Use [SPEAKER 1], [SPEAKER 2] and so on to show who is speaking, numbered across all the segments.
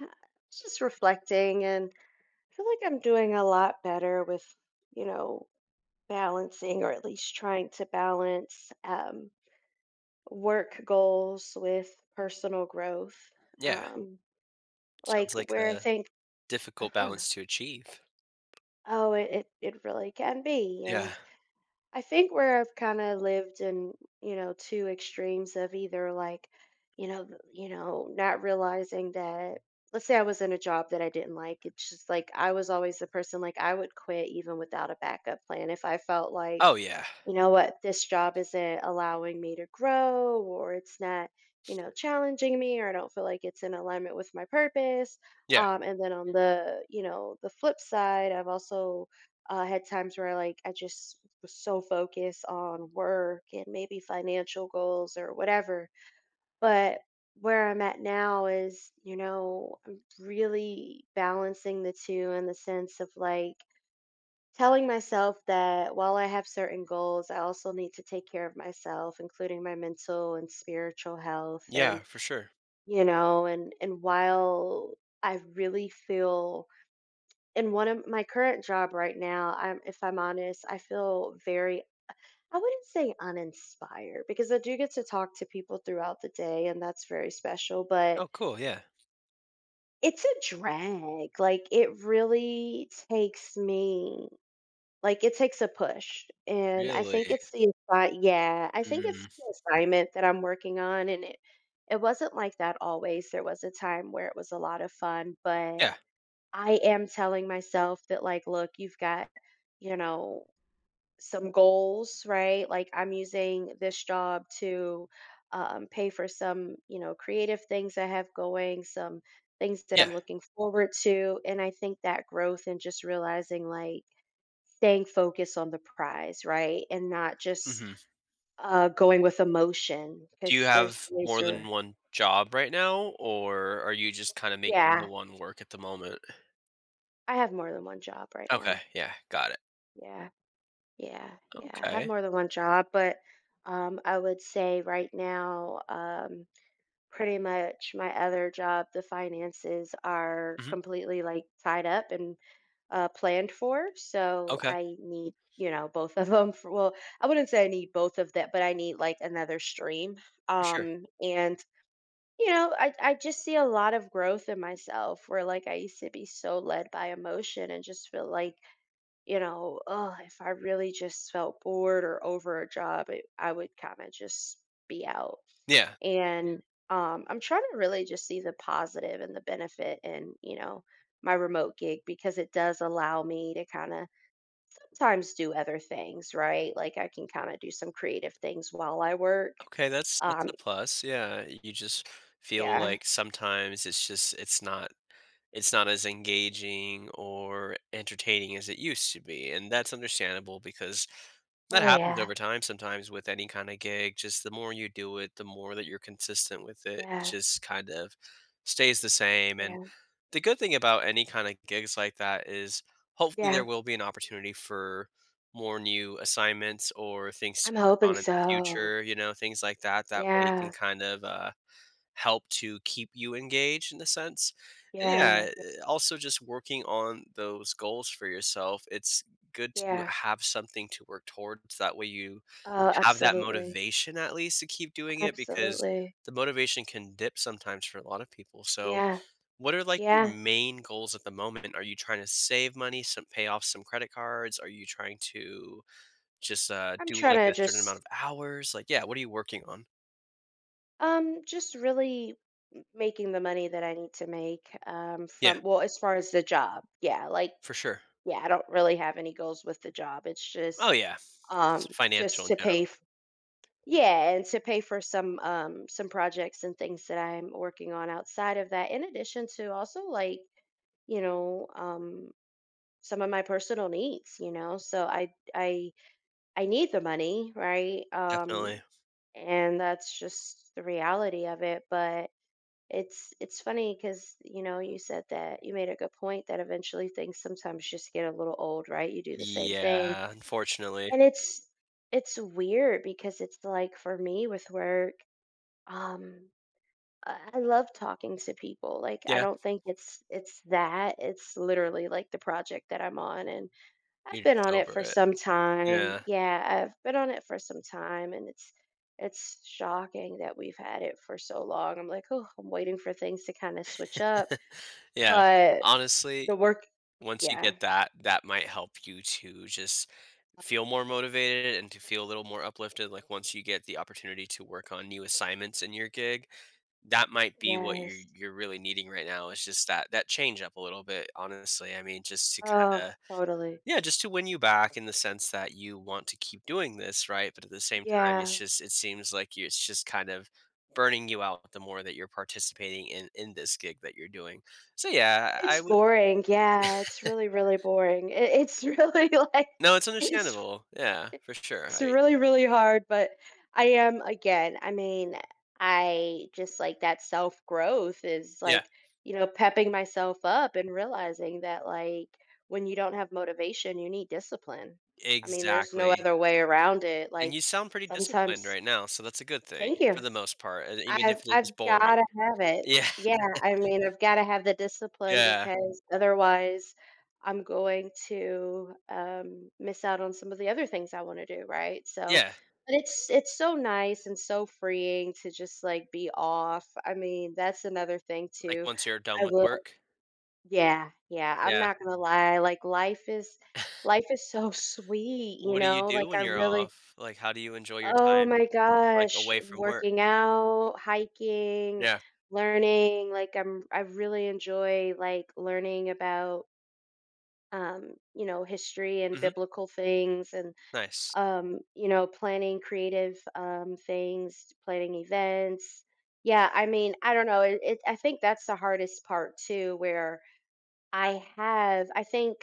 [SPEAKER 1] I was just reflecting and I feel like I'm doing a lot better with, you know, balancing or at least trying to balance work goals with personal growth.
[SPEAKER 2] Yeah,
[SPEAKER 1] Um,
[SPEAKER 2] sounds
[SPEAKER 1] like
[SPEAKER 2] like
[SPEAKER 1] where I
[SPEAKER 2] a
[SPEAKER 1] think,
[SPEAKER 2] difficult
[SPEAKER 1] uh-huh,
[SPEAKER 2] balance to achieve.
[SPEAKER 1] oh, It really can be.
[SPEAKER 2] Yeah.
[SPEAKER 1] And I think where I've kind of lived in, you know, two extremes of either like, you know, not realizing that, let's say, I was in a job that I didn't like. It's just like I was always the person like I would quit even without a backup plan if I felt like,
[SPEAKER 2] Oh, yeah.
[SPEAKER 1] you know what, this job isn't allowing me to grow, or it's not, you know, challenging me, or I don't feel like it's in alignment with my purpose.
[SPEAKER 2] Yeah,
[SPEAKER 1] And then on the, you know, the flip side, I've also I had times where like I just was so focused on work and maybe financial goals or whatever. But where I'm at now is, you know, I'm really balancing the two in the sense of like telling myself that while I have certain goals, I also need to take care of myself, including my mental and spiritual health,
[SPEAKER 2] yeah,
[SPEAKER 1] and,
[SPEAKER 2] for sure.
[SPEAKER 1] you know, and while I really feel in one of my current job right now, I'm, if I'm honest, I feel very, I wouldn't say uninspired because I do get to talk to people throughout the day and that's very special, but
[SPEAKER 2] Oh, cool, yeah.
[SPEAKER 1] it's a drag. Like it really takes me, like it takes a push. And I
[SPEAKER 2] Really?
[SPEAKER 1] think it's the yeah, I think it's
[SPEAKER 2] Mm,
[SPEAKER 1] the assignment that I'm working on, and it wasn't like that always. There was a time where it was a lot of fun, but
[SPEAKER 2] yeah,
[SPEAKER 1] I am telling myself that, like, look, you've got, you know, some goals, right? Like, I'm using this job to pay for some, you know, creative things I have going, some things that
[SPEAKER 2] yeah,
[SPEAKER 1] I'm looking forward to. And I think that growth and just realizing, like, staying focused on the prize, right? And not just
[SPEAKER 2] mhm.
[SPEAKER 1] going with emotion,
[SPEAKER 2] Do you
[SPEAKER 1] because there's
[SPEAKER 2] have
[SPEAKER 1] days
[SPEAKER 2] more than
[SPEAKER 1] where,
[SPEAKER 2] 1 job right now, or are you just kinda making the
[SPEAKER 1] yeah,
[SPEAKER 2] 1 work at the moment?
[SPEAKER 1] I have more than one job right
[SPEAKER 2] Okay,
[SPEAKER 1] now.
[SPEAKER 2] yeah, got it.
[SPEAKER 1] Yeah. Yeah, yeah. I have
[SPEAKER 2] Okay.
[SPEAKER 1] more than one job, but I would say right now, pretty much my other job, the finances are
[SPEAKER 2] Mhm,
[SPEAKER 1] completely like tied up and planned for. So
[SPEAKER 2] okay,
[SPEAKER 1] I need, you know, both of them. For, well, I wouldn't say I need both of that, but I need like another stream.
[SPEAKER 2] for sure.
[SPEAKER 1] And You know, I just see a lot of growth in myself where like I used to be so led by emotion and just feel like, you know, oh, if I really just felt bored or over a job, it, I would kind of just be out.
[SPEAKER 2] Yeah.
[SPEAKER 1] And I'm trying to really just see the positive and the benefit in, you know, my remote gig, because it does allow me to kind of sometimes do other things, right? Like I can kind of do some creative things while I work.
[SPEAKER 2] Okay, that's
[SPEAKER 1] Um,
[SPEAKER 2] a plus, yeah, you just feel
[SPEAKER 1] yeah.
[SPEAKER 2] like sometimes it's just it's not as engaging or entertaining as it used to be. And that's understandable because that
[SPEAKER 1] Oh,
[SPEAKER 2] happens
[SPEAKER 1] yeah.
[SPEAKER 2] over time sometimes with any kind of gig. Just the more you do it, the more that you're consistent with it, it
[SPEAKER 1] Yeah.
[SPEAKER 2] just kind of stays the same. And
[SPEAKER 1] Yeah.
[SPEAKER 2] the good thing about any kind of gigs like that is hopefully there
[SPEAKER 1] Yeah.
[SPEAKER 2] will be an opportunity for more new assignments or things to
[SPEAKER 1] I'm
[SPEAKER 2] work
[SPEAKER 1] hoping
[SPEAKER 2] on in the
[SPEAKER 1] so.
[SPEAKER 2] future, you know, things like that. That way you can
[SPEAKER 1] Yeah.
[SPEAKER 2] kind of help to keep you engaged in a sense. And
[SPEAKER 1] Yeah.
[SPEAKER 2] yeah, also just working on those goals for yourself. It's good to
[SPEAKER 1] Yeah.
[SPEAKER 2] have something to work towards. That way you
[SPEAKER 1] Oh,
[SPEAKER 2] have that
[SPEAKER 1] absolutely.
[SPEAKER 2] motivation at least to keep doing it because
[SPEAKER 1] Absolutely.
[SPEAKER 2] the motivation can dip sometimes for a lot of people. So,
[SPEAKER 1] Yeah.
[SPEAKER 2] what are like your
[SPEAKER 1] Yeah.
[SPEAKER 2] main goals at the moment? Are you trying to save money, some pay off some credit cards? Are you trying to just
[SPEAKER 1] I'm
[SPEAKER 2] do
[SPEAKER 1] trying
[SPEAKER 2] like
[SPEAKER 1] to
[SPEAKER 2] a certain amount of hours? Like, yeah, what are you working on?
[SPEAKER 1] just really making the money that I need to make, um,
[SPEAKER 2] Yeah,
[SPEAKER 1] from, well, as far as the job. Yeah, like,
[SPEAKER 2] for sure.
[SPEAKER 1] yeah, I don't really have any goals with the job. It's
[SPEAKER 2] Oh, yeah. It's
[SPEAKER 1] um
[SPEAKER 2] financial
[SPEAKER 1] just
[SPEAKER 2] in
[SPEAKER 1] to
[SPEAKER 2] general,
[SPEAKER 1] yeah, and to pay for some, um, some projects and things that I'm working on outside of that, in addition to also like, you know, some of my personal needs, you know, so I, I need the money, right?
[SPEAKER 2] definitely.
[SPEAKER 1] And that's just the reality of it. But it's funny because, you know, you said that, you made a good point, that eventually things sometimes just get a little old, right? You do the same thing,
[SPEAKER 2] Yeah, unfortunately.
[SPEAKER 1] and it's weird because it's like, for me, with work, um I love talking to people. Like, I
[SPEAKER 2] Yeah,
[SPEAKER 1] don't think it's that, it's literally like the project that I'm on. And I've
[SPEAKER 2] you're
[SPEAKER 1] been
[SPEAKER 2] just
[SPEAKER 1] on it
[SPEAKER 2] over
[SPEAKER 1] for
[SPEAKER 2] it.
[SPEAKER 1] some time.
[SPEAKER 2] Yeah,
[SPEAKER 1] Yeah, I've been on it for some time, and it's shocking that we've had it for so long. I'm like, "Oh, I'm waiting for things to kind of switch up."
[SPEAKER 2] yeah.
[SPEAKER 1] But
[SPEAKER 2] Honestly,
[SPEAKER 1] the work,
[SPEAKER 2] once you
[SPEAKER 1] yeah.
[SPEAKER 2] get that, that might help you to just feel more motivated and to feel a little more uplifted, like, once you get the opportunity to work on new assignments in your gig, that might be what you're
[SPEAKER 1] Yes.
[SPEAKER 2] you're really needing right now is just that that change up a little bit, honestly. I mean, just to
[SPEAKER 1] Oh,
[SPEAKER 2] kinda.
[SPEAKER 1] totally.
[SPEAKER 2] Yeah, just to win you back in the sense that you want to keep doing this, right? But at the same time, it's
[SPEAKER 1] Yeah.
[SPEAKER 2] just it seems like you, it's just kind of burning you out the more that you're participating in this gig that you're doing. So yeah, I
[SPEAKER 1] It's
[SPEAKER 2] would.
[SPEAKER 1] boring. Yeah, it's really, really boring. It, it's really like
[SPEAKER 2] No, it's
[SPEAKER 1] it's
[SPEAKER 2] understandable. Yeah, for sure.
[SPEAKER 1] It's
[SPEAKER 2] I
[SPEAKER 1] really, really hard. But I am, again, I mean, I just like that self growth is
[SPEAKER 2] yeah,
[SPEAKER 1] like, you know, pepping myself up and realizing that, like, when you don't have motivation, you need discipline. I mean, there's no
[SPEAKER 2] exactly.
[SPEAKER 1] other way around it.
[SPEAKER 2] And you
[SPEAKER 1] Like,
[SPEAKER 2] sound pretty disciplined
[SPEAKER 1] sometimes,
[SPEAKER 2] right now, so that's a good thing
[SPEAKER 1] thank
[SPEAKER 2] for
[SPEAKER 1] you.
[SPEAKER 2] the most part, and even
[SPEAKER 1] I've
[SPEAKER 2] if it is
[SPEAKER 1] I've
[SPEAKER 2] boring.
[SPEAKER 1] gotta have it.
[SPEAKER 2] Yeah,
[SPEAKER 1] Yeah, I mean, I've gotta have the discipline
[SPEAKER 2] yeah,
[SPEAKER 1] because otherwise I'm going to, miss out on some of the other things I wanna do, right? So,
[SPEAKER 2] yeah.
[SPEAKER 1] but it's so nice and so freeing to just, like, be off. I mean, that's another thing
[SPEAKER 2] Like
[SPEAKER 1] too.
[SPEAKER 2] once you're done
[SPEAKER 1] I
[SPEAKER 2] with
[SPEAKER 1] will,
[SPEAKER 2] work.
[SPEAKER 1] yeah, yeah, I'm
[SPEAKER 2] Yeah.
[SPEAKER 1] not gonna lie, like, life is so sweet, you
[SPEAKER 2] What do you
[SPEAKER 1] know?
[SPEAKER 2] do
[SPEAKER 1] Like,
[SPEAKER 2] when
[SPEAKER 1] I
[SPEAKER 2] you're
[SPEAKER 1] really,
[SPEAKER 2] off? Like, how do you enjoy your
[SPEAKER 1] oh
[SPEAKER 2] time,
[SPEAKER 1] my
[SPEAKER 2] like,
[SPEAKER 1] gosh,
[SPEAKER 2] away from work?
[SPEAKER 1] working out, hiking,
[SPEAKER 2] Yeah.
[SPEAKER 1] learning, like I really enjoy like learning about, you know, history and
[SPEAKER 2] Mhm.
[SPEAKER 1] biblical things and,
[SPEAKER 2] Nice.
[SPEAKER 1] you know, planning creative, um, things, planning events. Yeah, I mean, I don't know. It I think that's the hardest part too, where I think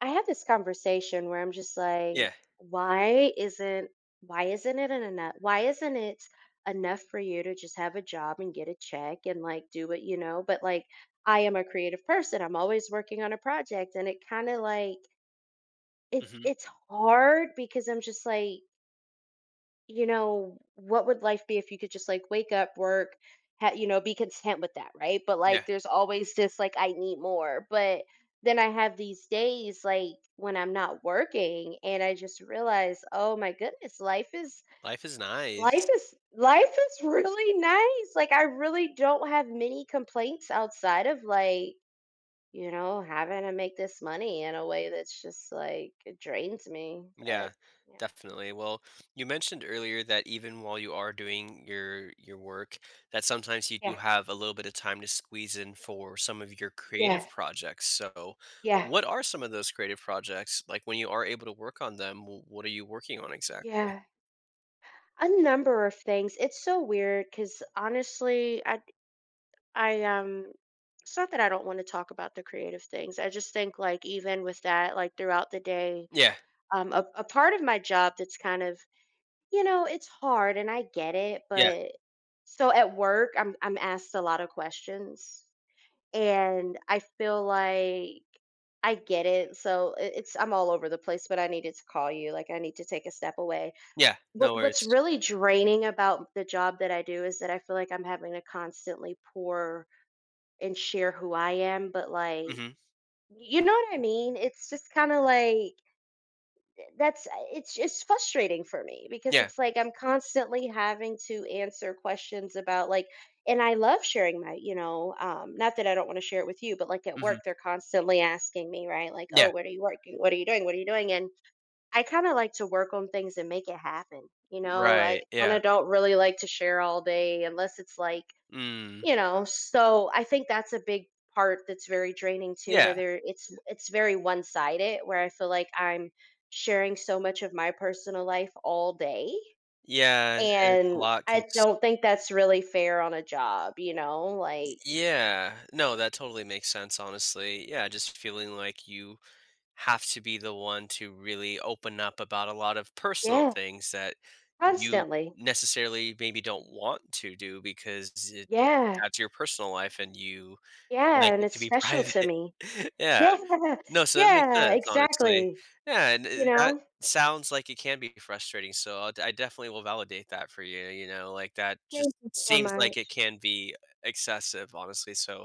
[SPEAKER 1] I had this conversation where I'm just like,
[SPEAKER 2] Yeah.
[SPEAKER 1] why isn't why isn't it enough? Why isn't it enough for you to just have a job and get a check and like do what you know? But like, I am a creative person. I'm always working on a project, and it kind of like, it
[SPEAKER 2] Mhm.
[SPEAKER 1] it's hard because I'm just like, you know, what would life be if you could just like wake up, work, you know, be content with that, right? But
[SPEAKER 2] Yeah.
[SPEAKER 1] like, there's always this like, I need more. But then I have these days like when I'm not working and I just realize, oh my goodness,
[SPEAKER 2] Life is nice.
[SPEAKER 1] life is really nice. Like I really don't have many complaints outside of, like, you know, having to make this money in a way that's just like it drains me. But
[SPEAKER 2] Yeah,
[SPEAKER 1] yeah.
[SPEAKER 2] definitely. Well, you mentioned earlier that even while you are doing your work, that sometimes you do
[SPEAKER 1] Yeah.
[SPEAKER 2] have a little bit of time to squeeze in for some of your creative
[SPEAKER 1] Yeah.
[SPEAKER 2] projects. So,
[SPEAKER 1] Yeah.
[SPEAKER 2] what are some of those creative projects? Like, when you are able to work on them, w what are you working on exactly?
[SPEAKER 1] Yeah. A number of things. It's so weird because, honestly, I it's not that I don't want to talk about the creative things. I just think, like, even with that, like throughout the day,
[SPEAKER 2] Yeah.
[SPEAKER 1] um, a part of my job that's kind of, you know, it's hard, and I get it.
[SPEAKER 2] Yeah.
[SPEAKER 1] But so at work, I'm asked a lot of questions, and I feel like I get it. So it's, I'm all over the place, but I needed to call you. Like, I need to take a step away.
[SPEAKER 2] Yeah.
[SPEAKER 1] what
[SPEAKER 2] No
[SPEAKER 1] what's
[SPEAKER 2] worries.
[SPEAKER 1] really draining about the job that I do is that I feel like I'm having to constantly pour and share who I am. But, like,
[SPEAKER 2] Mhm.
[SPEAKER 1] you know what I mean? It's just kinda like that's, it's frustrating for me, because
[SPEAKER 2] Yeah.
[SPEAKER 1] it's like I'm constantly having to answer questions about, like, and I love sharing my, you know, not that I don't wanna share it with you, but, like, at
[SPEAKER 2] Mhm.
[SPEAKER 1] work, they're constantly asking me, right? Like,
[SPEAKER 2] Yeah.
[SPEAKER 1] "Oh, what are you working? What are you doing? What are you doing?" And I kinda like to work on things and make it happen, you know,
[SPEAKER 2] Right,
[SPEAKER 1] I
[SPEAKER 2] yeah.
[SPEAKER 1] kinda don't really like to share all day unless it's like,
[SPEAKER 2] Mm.
[SPEAKER 1] you know. So I think that's a big part that's very draining too, where
[SPEAKER 2] Yeah.
[SPEAKER 1] there it's very one-sided, where I feel like I'm sharing so much of my personal life all day,
[SPEAKER 2] Yeah, and it's a
[SPEAKER 1] and
[SPEAKER 2] lot,
[SPEAKER 1] I
[SPEAKER 2] cause.
[SPEAKER 1] don't think that's really fair on a job, you know, like
[SPEAKER 2] Yeah. No, that totally makes sense, honestly. Yeah, just feeling like you have to be the one to really open up about a lot of personal
[SPEAKER 1] yeah,
[SPEAKER 2] things that you
[SPEAKER 1] constantly.
[SPEAKER 2] necessarily maybe don't want to do because it
[SPEAKER 1] Yeah,
[SPEAKER 2] that's your personal life and you
[SPEAKER 1] yeah,
[SPEAKER 2] like
[SPEAKER 1] and
[SPEAKER 2] it to
[SPEAKER 1] it's
[SPEAKER 2] be
[SPEAKER 1] special to
[SPEAKER 2] private.
[SPEAKER 1] me.
[SPEAKER 2] Yeah.
[SPEAKER 1] Yeah,
[SPEAKER 2] No, so that makes
[SPEAKER 1] yeah,
[SPEAKER 2] sense, honestly.
[SPEAKER 1] exactly,
[SPEAKER 2] Yeah, and,
[SPEAKER 1] you
[SPEAKER 2] that
[SPEAKER 1] know?
[SPEAKER 2] sounds like it can be frustrating, so I'll I definitely will validate that for you, you know, like, that just
[SPEAKER 1] Thank you so
[SPEAKER 2] seems like it
[SPEAKER 1] much.
[SPEAKER 2] can be excessive, honestly, so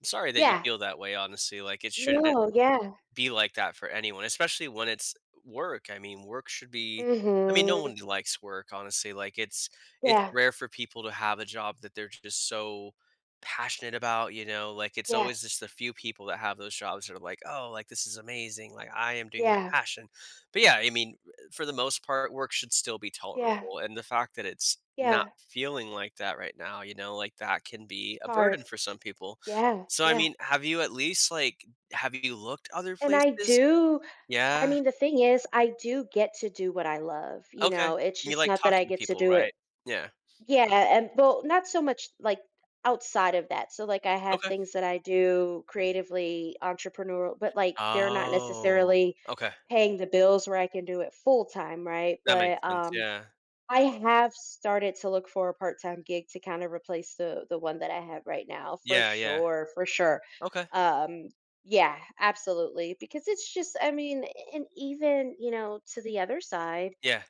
[SPEAKER 2] I'm sorry that you
[SPEAKER 1] Yeah.
[SPEAKER 2] feel that way, honestly, like, it shouldn't
[SPEAKER 1] No, yeah.
[SPEAKER 2] be like that for anyone, especially when it's work. I mean, work should be. I mean, no
[SPEAKER 1] Mhm.
[SPEAKER 2] one likes work, honestly. Like it's
[SPEAKER 1] Yeah,
[SPEAKER 2] rare for people to have a job that they're just so passionate about, you know? Like it's
[SPEAKER 1] yeah,
[SPEAKER 2] always just the few people that have those jobs that are like, "Oh, like this is amazing. Like I am doing my
[SPEAKER 1] yeah,
[SPEAKER 2] passion." But yeah, I mean, for the most part, work should still be
[SPEAKER 1] yeah,
[SPEAKER 2] tolerable. And the fact that it's not
[SPEAKER 1] yeah.
[SPEAKER 2] feeling like that right now, you know, like that can be a
[SPEAKER 1] It's
[SPEAKER 2] burden
[SPEAKER 1] hard.
[SPEAKER 2] for some people.
[SPEAKER 1] Yeah,
[SPEAKER 2] So I
[SPEAKER 1] yeah.
[SPEAKER 2] mean, have you at least like have you looked other
[SPEAKER 1] And I
[SPEAKER 2] places?
[SPEAKER 1] do, I
[SPEAKER 2] Yeah,
[SPEAKER 1] mean, the thing is, I do get to do what I love, you
[SPEAKER 2] okay.
[SPEAKER 1] know? It's
[SPEAKER 2] You
[SPEAKER 1] just
[SPEAKER 2] like
[SPEAKER 1] not that I
[SPEAKER 2] talking to
[SPEAKER 1] get to
[SPEAKER 2] people,
[SPEAKER 1] do it,
[SPEAKER 2] right? Yeah,
[SPEAKER 1] yeah, and, well, not so much, like, outside of that. So, like, I have
[SPEAKER 2] okay.
[SPEAKER 1] things that I do creatively, entrepreneurial, but, like, they're not
[SPEAKER 2] Oh,
[SPEAKER 1] necessarily
[SPEAKER 2] okay.
[SPEAKER 1] paying the bills where I can do it full time, right?
[SPEAKER 2] That makes sense, yeah.
[SPEAKER 1] I have started to look for a part-time gig to kind of replace the one that I have right now, for
[SPEAKER 2] Yeah, yeah.
[SPEAKER 1] sure, for sure.
[SPEAKER 2] Okay.
[SPEAKER 1] Um yeah, absolutely, because it's just, I mean, and even, you know, to the other side,
[SPEAKER 2] Yeah.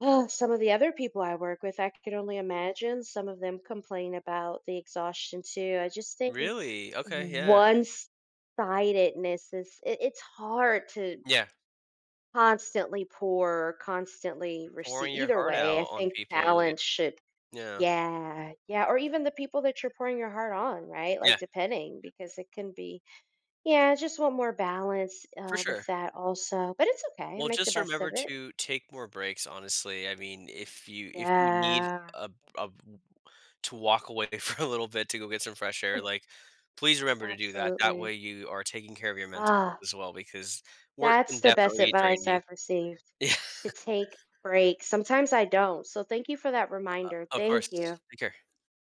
[SPEAKER 1] oh, some of the other people I work with, I could only imagine some of them complain about the exhaustion too. I just think
[SPEAKER 2] Really? Okay, yeah.
[SPEAKER 1] one-sidedness is, it's hard to
[SPEAKER 2] Yeah,
[SPEAKER 1] constantly pour, constantly receive.
[SPEAKER 2] pouring your
[SPEAKER 1] Either
[SPEAKER 2] heart
[SPEAKER 1] way, I
[SPEAKER 2] out on
[SPEAKER 1] think
[SPEAKER 2] people, y
[SPEAKER 1] balance should,
[SPEAKER 2] yeah.
[SPEAKER 1] yeah, yeah, or even the people that you're pouring your heart on, right?
[SPEAKER 2] Yeah,
[SPEAKER 1] Like, depending, because it can be, yeah, just want more balance,
[SPEAKER 2] for
[SPEAKER 1] with
[SPEAKER 2] sure.
[SPEAKER 1] that also. But it's okay,
[SPEAKER 2] Well,
[SPEAKER 1] make the
[SPEAKER 2] just
[SPEAKER 1] best of
[SPEAKER 2] remember
[SPEAKER 1] it.
[SPEAKER 2] to take more breaks, honestly. I mean, if you need
[SPEAKER 1] Yeah,
[SPEAKER 2] a a to walk away for a little bit to go get some fresh air, like, please remember to do that. That
[SPEAKER 1] absolutely.
[SPEAKER 2] way you are taking care of your mental health
[SPEAKER 1] Ah,
[SPEAKER 2] as well because work can
[SPEAKER 1] that's the best
[SPEAKER 2] definitely be
[SPEAKER 1] advice
[SPEAKER 2] draining.
[SPEAKER 1] I've received,
[SPEAKER 2] Yeah,
[SPEAKER 1] to take breaks. Sometimes I don't. So thank you for that reminder.
[SPEAKER 2] of course.
[SPEAKER 1] Thank you.
[SPEAKER 2] Take care.